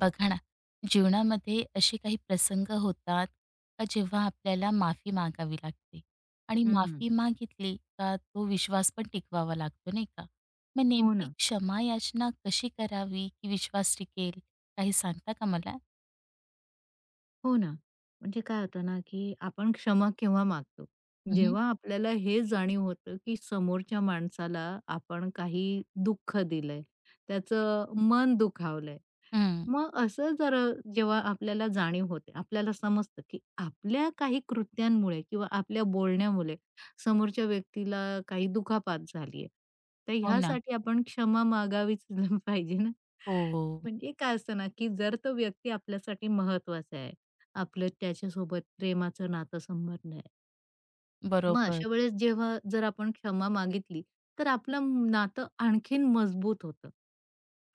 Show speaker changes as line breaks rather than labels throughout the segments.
बघा ना, जीवनामध्ये असे काही प्रसंग होतात का जेव्हा आपल्याला माफी मागावी लागते आणि
हं.
माफी मागितली का तो विश्वास पण टिकवावा लागतो नाही का? मग
हो
नेमकी
ना,
क्षमा याचना कशी करावी की विश्वास टिकेल? काही सांगता का मला?
हो ना. म्हणजे काय होतं ना, की आपण क्षमा केव्हा मागतो?
हं, हं.
जेव्हा आपल्याला हे जाणीव होतं, की समोरच्या माणसाला आपण काही दुःख दिलंय, त्याचं मन दुखावलंय.
हं.
मग असं जर जेव्हा आपल्याला जाणीव होते, आपल्याला समजतं, की आपल्या काही कृत्यांमुळे किंवा आपल्या बोलण्यामुळे समोरच्या व्यक्तीला काही दुखापत झाली आहे. तर
हो ना.
ह्यासाठी आपण क्षमा मागावीच पाहिजे ना.
हो, हो.
म्हणजे काय असतं ना, की जर तो व्यक्ती आपल्यासाठी महत्त्वाचा आहे, आपलं त्याच्यासोबत प्रेमाचं नातं संबंध आहे. मग
बरोबर.
अशा वेळेस जेव्हा जर आपण क्षमा मागितली, तर आपलं नातं आणखीन मजबूत होतं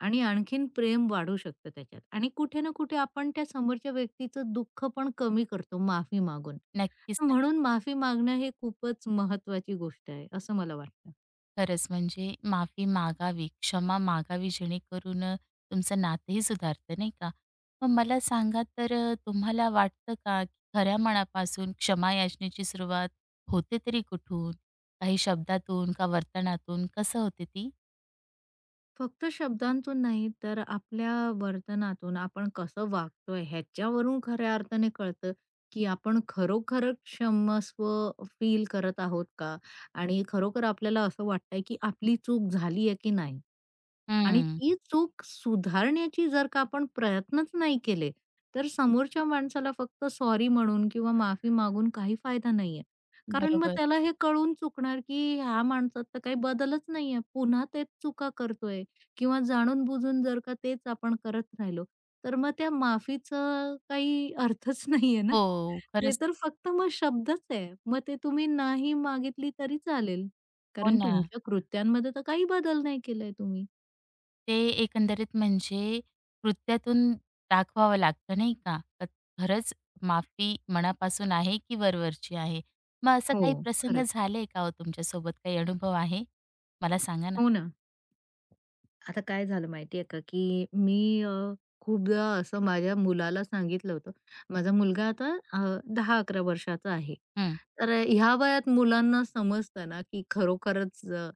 आणि आणखीन प्रेम वाढू शकतं त्याच्यात आणि कुठे ना कुठे आपण त्या समोरच्या व्यक्तीचं दुःख पण कमी करतो माफी मागून.
नक्कीच, नक्कीच.
म्हणून माफी मागणं हे खूपच महत्वाची गोष्ट आहे, असं मला वाटतं.
खरंच म्हणजे माफी मागावी, क्षमा मागावी जेणेकरून तुमचं नातंही सुधारतं नाही का? मग मला सांगा तर तुम्हाला वाटतं का की खऱ्या मनापासून क्षमा याचनेची सुरुवात होते तरी कुठून? काही शब्दातून का वर्तनातून कसं होते ती?
फक्त शब्दांतून नाही, तर आपल्या वर्तनातून आपण कसं वागतोय ह्याच्यावरून खऱ्या अर्थाने कळतं, की आपण खरोखर क्षमस्व फील करत आहोत का? आणि खरोखर आपल्याला असं वाटतंय, की आपली चूक झाली आहे की नाही? आणि
हं,
ती चूक सुधारण्याची जर का आपण प्रयत्नच नाही केले, तर समोरच्या माणसाला फक्त सॉरी म्हणून किंवा माफी मागून काही फायदा नाहीये. कारण मग
बरोबर.
त्याला हे कळून चुकणार, की ह्या माणसात तर काही बदलच नाहीये. पुन्हा तेच चुका करतोय. किंवा जाणून-बुजून जर का तेच आपण करत राहिलो, तर मग त्या माफीचं काही अर्थच नाहीये ना.
हो,
ते
खरंच.
तर फक्त मग शब्दच आहे. मग ते तुम्ही नाही मागितली तरी चालेल.
हो
कारण
ना.
तुमच्या कृत्यांमध्ये तर काही बदल नाही केलाय तुम्ही.
ते एकंदरीत म्हणजे कृत्यातून दाखवावं लागतं नाही का? का खरंच माफी मनापासून आहे की वरवरची आहे? मग असा
हो.
काही प्रसंग
खरंच.
झाले का हो तुमच्यासोबत? काही अनुभव आहे? मला सांगा ना?
हो ना. आता काय झालं माहितीये का, की मी खूपदा असं माझ्या मुलाला सांगितलं होतं. माझा मुलगा आता 10-11 वर्षाचा आहे.
हं,
तर ह्या वयात मुलांना समजतं ना, की खरोखरच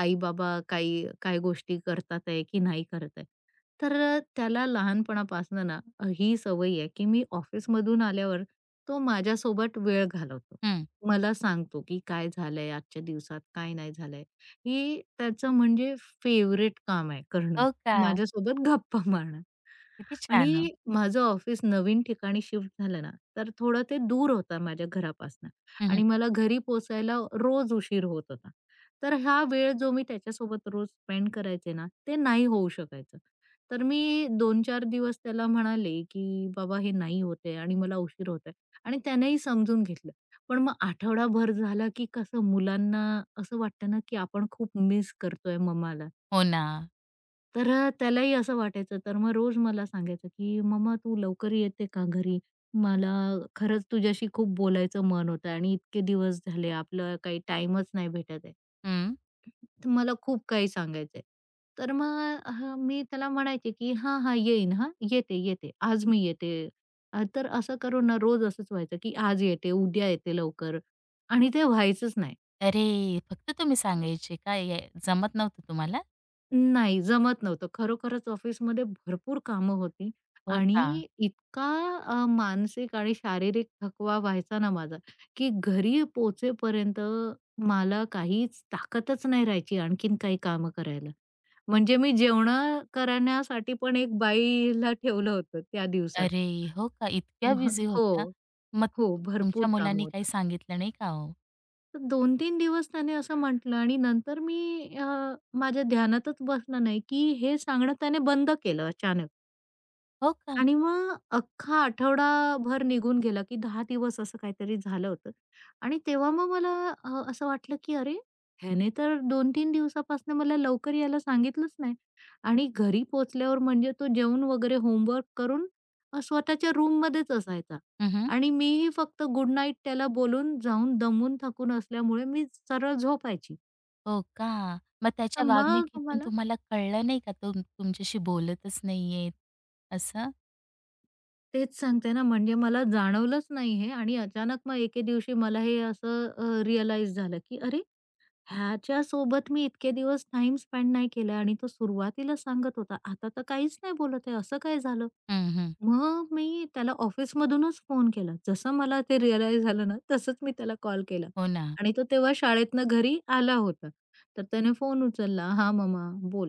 आई-बाबा काही काही काय गोष्टी करतात आहे की नाही करत आहे. तर त्याला लहानपणापासून ना ही सवय आहे, की मी ऑफिसमधून आल्यावर तो माझ्यासोबत वेळ घालवतो.
हं.
मला सांगतो, की काय झालंय आजच्या दिवसात, काय नाही झालंय. हे त्याचं म्हणजे फेव्हरेट काम आहे करणं.
हो का?
माझ्यासोबत गप्पा मारणं.
किती छान हो.
आणि माझं ऑफिस नवीन ठिकाणी शिफ्ट झालं ना, तर थोडं ते दूर होतं माझ्या घरापासून.
हं, हं.
आणि मला घरी पोहोचायला रोज उशीर होत होता. तर हा वेळ जो मी त्याच्यासोबत रोज स्पेंड करायचे ना, ते नाही होऊ शकायचं. तर मी 2-4 दिवस त्याला म्हणाले, की "बाबा हे नाही होते आहे आणि मला उशीर होत आहे." आणि त्यानेही समजून घेतलं. पण मग आठवडाभर झाला, की कसं मुलांना असं वाटतं ना, की आपण खूप मिस करतोय मम्माला.
हो ना.
तर त्यालाही असं वाटायचं. तर मग रोज मला सांगायचं, की "मम्मा तू लवकर येते का घरी? मला खरंच तुझ्याशी खूप बोलायचं मन होतं आणि इतके दिवस झाले आपलं काही टाईमच नाही भेटत आहे."
हं.
तर मला खूप काही सांगायचंय. तर मग मी त्याला म्हणायचे, की "हां, हां, येईन हां, येते, येते. आज मी येते." तर असं करून ना रोज असंच व्हायचं, की आज येते, उद्या येते लवकर आणि ते व्हायचंच नाही.
अरे! फक्त तुम्ही सांगायचे का? हे जमत नव्हतं तुम्हाला?
नाही, जमत नव्हतं. खरोखरच ऑफिसमध्ये भरपूर कामं होती
हो का?
आणि इतका मानसिक आणि शारीरिक थकवा व्हायचा ना माझा, की घरी पोहोचेपर्यंत मला काहीच ताकदच नाही राहायची आणखीन काही कामं करायला. म्हणजे मी जेवणं करण्यासाठी पण एक बाईला ठेवलं होतं त्या दिवसात.
अरे! हो का? इतक्या बिझी
मग हो,
होत्या? मग
हो.
तुमच्या
भरपूर कामं
मुलांनी काही
होती.
सांगितलं नाही का हो?
तर 2-3 दिवस त्याने असं म्हटलं आणि नंतर मी माझ्या ध्यानातच बसलं नाही, की हे सांगणं त्याने बंद केलं अचानक.
हो का?
आणि मग अख्खा आठवडाभर निघून गेला, की 10 दिवस असं काहीतरी झालं होतं. आणि तेव्हा मग मला असं वाटलं, की अरे, ह्याने तर 2-3 दिवसापासून मला लवकर यायला सांगितलंच नाही. आणि घरी पोहोचल्यावर म्हणजे तो जेवून वगैरे होमवर्क करून स्वतःच्या रूममध्येच असायचा.
हं, हं.
आणि मीही फक्त गुड नाईट त्याला बोलून, जाऊन दमून थकून असल्यामुळे मी सरळ झोपायची.
हो का? मग
तर
त्याच्या
मग
वागणुकीतून
मला
तुम्हाला कळलं नाही का तो तुमच्याशी बोलतच नाहीयेत असं?
तेच सांगते ना, म्हणजे मला जाणवलंच नाही हे आणि अचानक मग एके दिवशी मला हे असं रिअलाईज झालं, की अरे, ह्याच्या सोबत मी इतके दिवस टाइम स्पेंड नाही केला आणि तो सुरुवातीला सांगत होता, आता तर काहीच नाही बोलत आहे, असं काय झालं?
हं, हं.
मग मी त्याला ऑफिसमधूनच फोन केला. जसं मला ते रिअलाईज झालं ना, तसंच मी त्याला कॉल केला
हो ना.
आणि तो तेव्हा शाळेतनं घरी आला होता. तर त्याने फोन उचलला, "हां, मम्मा बोल."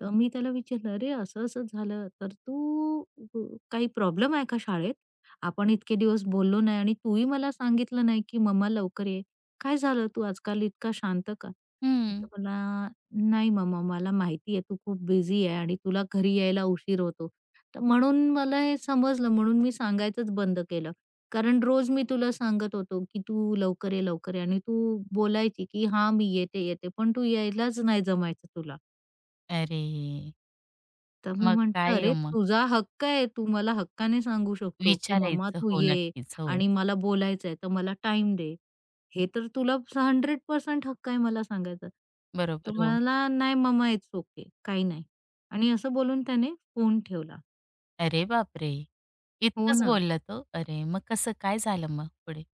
तर मी त्याला विचारलं, "अरे, असं-असं झालं, तर तू अ, काही प्रॉब्लेम आहे का शाळेत? आपण इतके दिवस बोललो नाही आणि तूही मला सांगितलं नाही की मम्मा लवकर ये. काय झालं, तू आजकाल इतका शांत का?" तर
हं.
तो बोलला, "नाही मम्मा, मला माहिती आहे तू खूप बिझी आहे आणि तुला घरी यायला उशीर होतो. तर म्हणून मला हे समजलं म्हणून मी सांगायचंच बंद केलं. कारण रोज मी तुला सांगत होतो, की "तू लवकर ये, लवकर ये" आणि तू बोलायची, की "हां, मी येते, येते." पण तू यायलाच नाही जमायचं तुला.
अरे!
तर मी
मग
म्हटलं,
काय आहे
"अरे,
मग?
तुझा हक्क आहे. तू मला हक्काने सांगू शकतो, की "मम्मा,
विचारायचं.
तू
हो,
ये
नक्कीच. हो.
आणि मला बोलायचं आहे, तर मला टाईम दे." हे तर तुला 100% हक्क आहे मला सांगायचा." तो
बरोबर. हो.
म्हणाला, "नाही मम्मा, इट्स ओके. काही नाही." आणि असं बोलून त्याने फोन ठेवला.
अरे बापरे!
हो
इतकंच
ना.
बोलला तो? अरे! मग कसं काय झालं मग पुढे?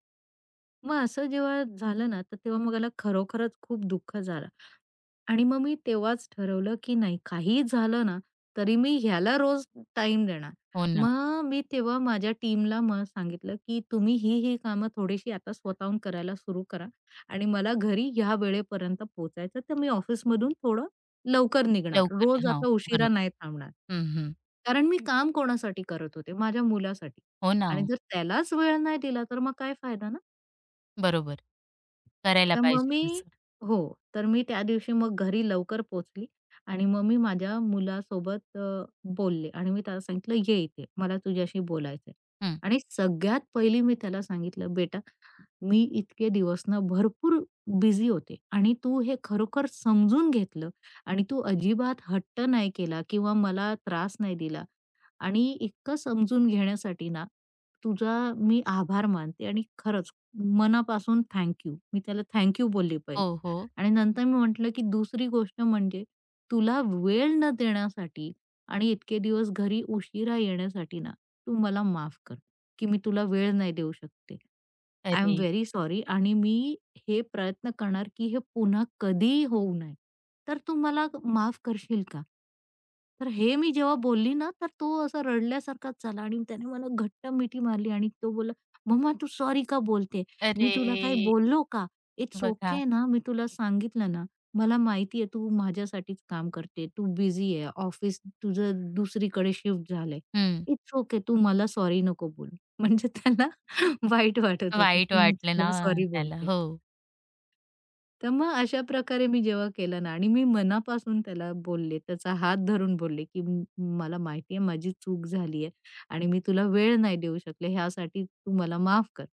मग असं जेव्हा झालं ना, तर तेव्हा मग मला खरोखरच खूप दुःख झालं आणि मग मी तेव्हाच ठरवलं, की नाही काहीही झालं ना, तरी मी ह्याला रोज टाइम देणार.
हो ना.
मग मी तेव्हा माझ्या टीमला मग सांगितलं, की तुम्ही ही कामं थोडीशी आता स्वतःहून करायला सुरू करा आणि मला घरी ह्या वेळेपर्यंत पोहोचायचं, तर मी ऑफिसमधून थोडं लवकर निघणार.
लवकर
रोज
हां.
आता उशिरा
बरोबर.
नाही थांबणार.
हं, हं.
कारण मी काम कोणासाठी करत होते? माझ्या मुलासाठी
हो ना
आणि
हो.
जर त्यालाच वेळ नाही दिला, तर मग काय फायदा ना?
बरोबर. करायला
तर मग
पाहिजे
मी
तसं.
हो, तर मी त्या दिवशी मग घरी लवकर पोचली, आणि मग मी माझ्या मुलासोबत बोलले आणि मी त्याला सांगितलं, "ये इथे, मला तुझ्याशी बोलायचंय."
हं.
आणि सगळ्यात पहिली मी त्याला सांगितलं, "बेटा, मी इतके दिवस ना भरपूर बिझी होते आणि तू हे खरोखर समजून घेतलं आणि तू अजिबात हट्ट नाही केला किंवा मला त्रास नाही दिला. आणि इतकं समजून घेण्यासाठी ना, तुझा मी आभार मानते आणि खरंच मनापासून थँक यू. मी त्याला थँक यू बोलली पहिले
हो, हो.
आणि नंतर मी म्हटलं, की दुसरी गोष्ट म्हणजे तुला वेळ न देण्यासाठी आणि इतके दिवस घरी उशिरा येण्यासाठी ना, तू मला माफ कर. की मी तुला वेळ नाही देऊ शकते. आय एम
अरे!
व्हेरी सॉरी आणि मी हे प्रयत्न करणार की हे पुन्हा कधीही होऊ नये. तर तू मला माफ करशील का? तर हे मी जेव्हा बोलली ना, तर तो असा रडल्यासारखाच झाला आणि त्याने मला घट्ट मिठी मारली आणि तो बोला. "मम्मा तू सॉरी का बोलते? मी
अरे!
तुला काही बोललो का? इट्स
बघा.
ओके ना, मी तुला सांगितलं ना. मला माहिती आहे तू माझ्यासाठीच काम करते. तू बिझी आहे. ऑफिस तुझं दुसरीकडे शिफ्ट झालंय.
हं.
It's okay. तू मला सॉरी नको बोलू." म्हणजे त्याला वाईट वाटत होतं,
वाईट
की मी
वाटले ना
त्याला सॉरी
त्याला.
बोलते.
हो.
तर मग अशा प्रकारे मी जेव्हा केलं ना आणि मी मनापासून त्याला बोलले, त्याचा हात धरून बोलले, की "मला माहिती आहे माझी चूक झाली आहे आणि मी तुला वेळ नाही देऊ शकले, ह्यासाठी तू मला माफ कर."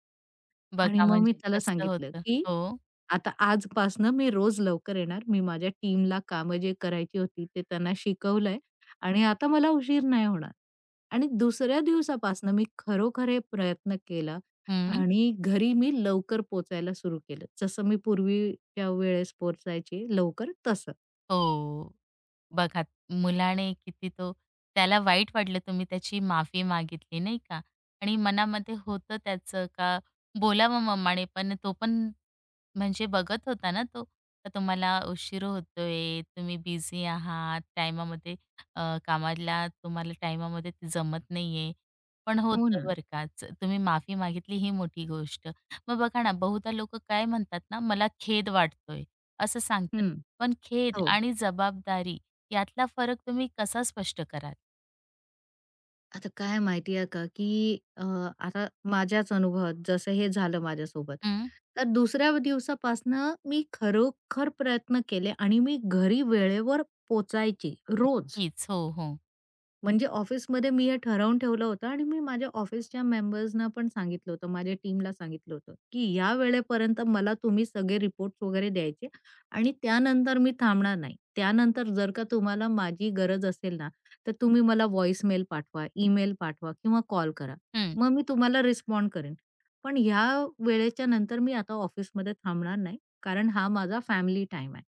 आणि
बघा
मग मी
म्हणजे
त्याला
कसं
सांगितलं,
होतं.
की
हो.
"आता आजपासनं मी रोज लवकर येणार. मी माझ्या टीमला कामं जे करायची होती ते त्यांना शिकवलंय आणि आता मला उशीर नाही होणार." आणि दुसऱ्या दिवसापासनं मी खरोखर हे प्रयत्न केला
हं.
आणि घरी मी लवकर पोचायला सुरू केलं. जसं मी पूर्वीच्या वेळेस पोहोचायची लवकर तसं.
हो. बघा मुलाने किती तो त्याला वाईट वाटलं तुम्ही त्याची माफी मागितली नाही का आणि मनामध्ये होतं त्याचं का बोलावं मम्माने पण तो पण म्हणजे बघत होता ना तो. तर तुम्हाला उशीर होतोय, तुम्ही बिझी आहात, टाईमामध्ये कामाला तुम्हाला टाईमामध्ये जमत नाहीये. पण
हो
होतं
ना.
बरं का. च तुम्ही माफी मागितली ही मोठी गोष्ट. मग बघा ना, बहुधा लोकं काय म्हणतात ना, "मला खेद वाटतोय," असं सांगतात.
हं.
पण खेद
हो.
आणि जबाबदारी यातला फरक तुम्ही कसा स्पष्ट कराल?
आता काय माहिती आहे का, की आता माझ्याच अनुभवात जसं हे झालं माझ्यासोबत.
हं.
तर दुसऱ्या दिवसापासनं मी खरोखर प्रयत्न केले आणि मी घरी वेळेवर पोहोचायची रोज.
नक्कीच. हो, हो.
म्हणजे ऑफिसमध्ये मी हे ठरवून ठेवलं होतं आणि मी माझ्या ऑफिसच्या मेंबर्सना पण सांगितलं होतं, माझ्या टीमला सांगितलं होतं, की या वेळेपर्यंत मला तुम्ही सगळे रिपोर्ट्स वगैरे द्यायचे आणि त्यानंतर मी थांबणार नाही. त्यानंतर जर का तुम्हाला माझी गरज असेल ना, तर तुम्ही मला व्हॉईसमेल पाठवा, ईमेल पाठवा किंवा कॉल करा.
हं.
मग मी तुम्हाला रिस्पॉन्ड करेन. पण ह्या वेळेच्या नंतर मी आता ऑफिसमध्ये थांबणार नाही, कारण हा माझा फॅमिली टाईम आहे.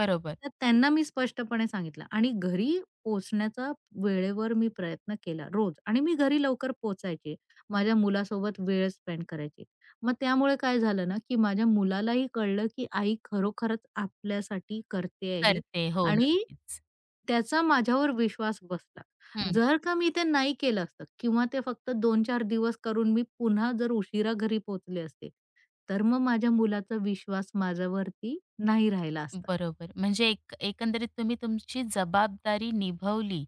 बरोबर.
तर त्यांना मी स्पष्टपणे सांगितलं आणि घरी पोहोचण्याचा वेळेवर मी प्रयत्न केला रोज आणि मी घरी लवकर पोहोचायचे. माझ्या मुलासोबत वेळ स्पेंड करायची. मग त्यामुळे काय झालं ना, की माझ्या मुलालाही कळलं, की आई खरोखरच आपल्यासाठी करते आहे
करते. हो,
आणि
नक्कीच.
त्याचा माझ्यावर विश्वास बसला.
हं.
जर का मी ते नाही केलं असतं किंवा ते फक्त 2-4 दिवस करून मी पुन्हा जर उशिरा घरी पोहोचले असते, तर मग माझ्या मुलाचा विश्वास माझ्यावरती नाही राहिला असता.
बरोबर. म्हणजे एक एकंदरीत तुम्ही तुमची जबाबदारी निभवली.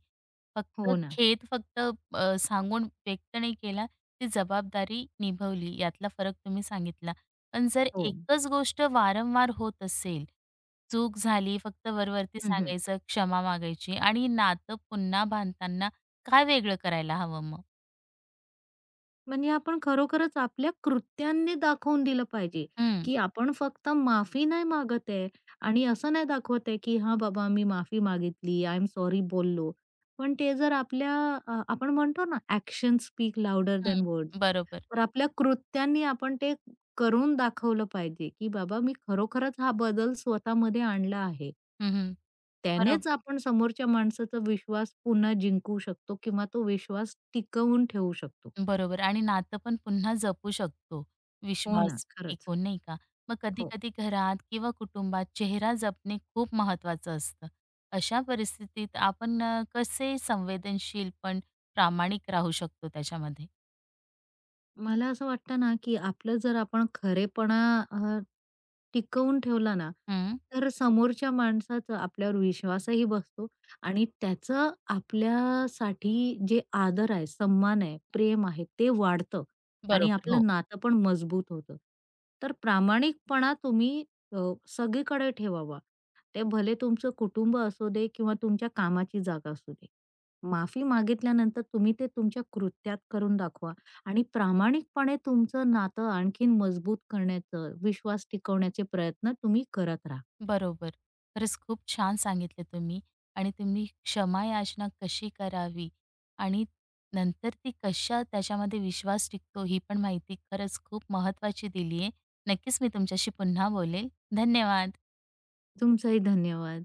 फक्त
हो ना.
खेद फक्त सांगून व्यक्त नाही केला, ती जबाबदारी निभवली यातला फरक तुम्ही सांगितला. पण जर
हो.
एकच गोष्ट वारंवार होत असेल, चूक झाली फक्त वरवरती
हं,
सांगायचं, क्षमा मागायची आणि नातं पुन्हा बांधताना काय वेगळं करायला हवं मग?
म्हणजे आपण खरोखरच आपल्या कृत्यांनी दाखवून दिलं पाहिजे,
हं,
की आपण फक्त माफी नाही मागत आहे आणि असं नाही दाखवत आहे, की "हां, बाबा मी माफी मागितली, आय एम सॉरी बोललो." पण ते जर आपल्या आपण म्हणतो ना "ॲक्शन्स स्पीक लाउडर
हं.
Than words."
बरोबर.
तर आपल्या कृत्यांनी आपण ते करून दाखवलं पाहिजे, की "बाबा मी खरोखरच हा बदल स्वतःमध्ये आणला आहे."
हं, हं.
त्यानेच
बरोबर.
आपण समोरच्या माणसाचा विश्वास पुन्हा जिंकू शकतो किंवा तो विश्वास टिकवून ठेवू शकतो.
बरोबर आणि नातं पण पुन्हा जपू शकतो. हो.
हो ना,
विश्वास
खरंच.
टिकून, नाही का? मग
हो.
कधी-कधी घरात किंवा कुटुंबात चेहरा जपणे खूप महत्वाचं असतं. अशा परिस्थितीत आपण कसे संवेदनशील पण प्रामाणिक राहू शकतो त्याच्यामध्ये?
मला असं वाटतं ना, की आपलं जर आपण खरेपणा अ, टिकवून ठेवला ना,
हं,
तर समोरच्या माणसाचा आपल्यावर विश्वासही बसतो आणि त्याचं आपल्यासाठी जे आदर आहे, सन्मान आहे, प्रेम आहे ते वाढतं आणि
बरोबर. हो.
आपलं नातं पण मजबूत होतं. तर प्रामाणिकपणा तुम्ही अ, सगळीकडे ठेवावा. ते भले तुमचं कुटुंब असू दे किंवा तुमच्या कामाची जागा असू दे. माफी मागितल्यानंतर तुम्ही ते तुमच्या कृत्यात करून दाखवा. आणि प्रामाणिकपणे तुमचं नातं आणखीन मजबूत करण्याचं, विश्वास टिकवण्याचे प्रयत्न तुम्ही करत राहा.
बरोबर. खरंच खूप छान सांगितलं तुम्ही आणि तुम्ही क्षमा याचना कशी करावी आणि नंतर ती कशा त्याच्यामध्ये विश्वास टिकतो ही पण माहिती खरंच खूप महत्त्वाची दिली आहे. नक्कीच मी तुमच्याशी पुन्हा बोलेल. धन्यवाद.
तुमचाही धन्यवाद.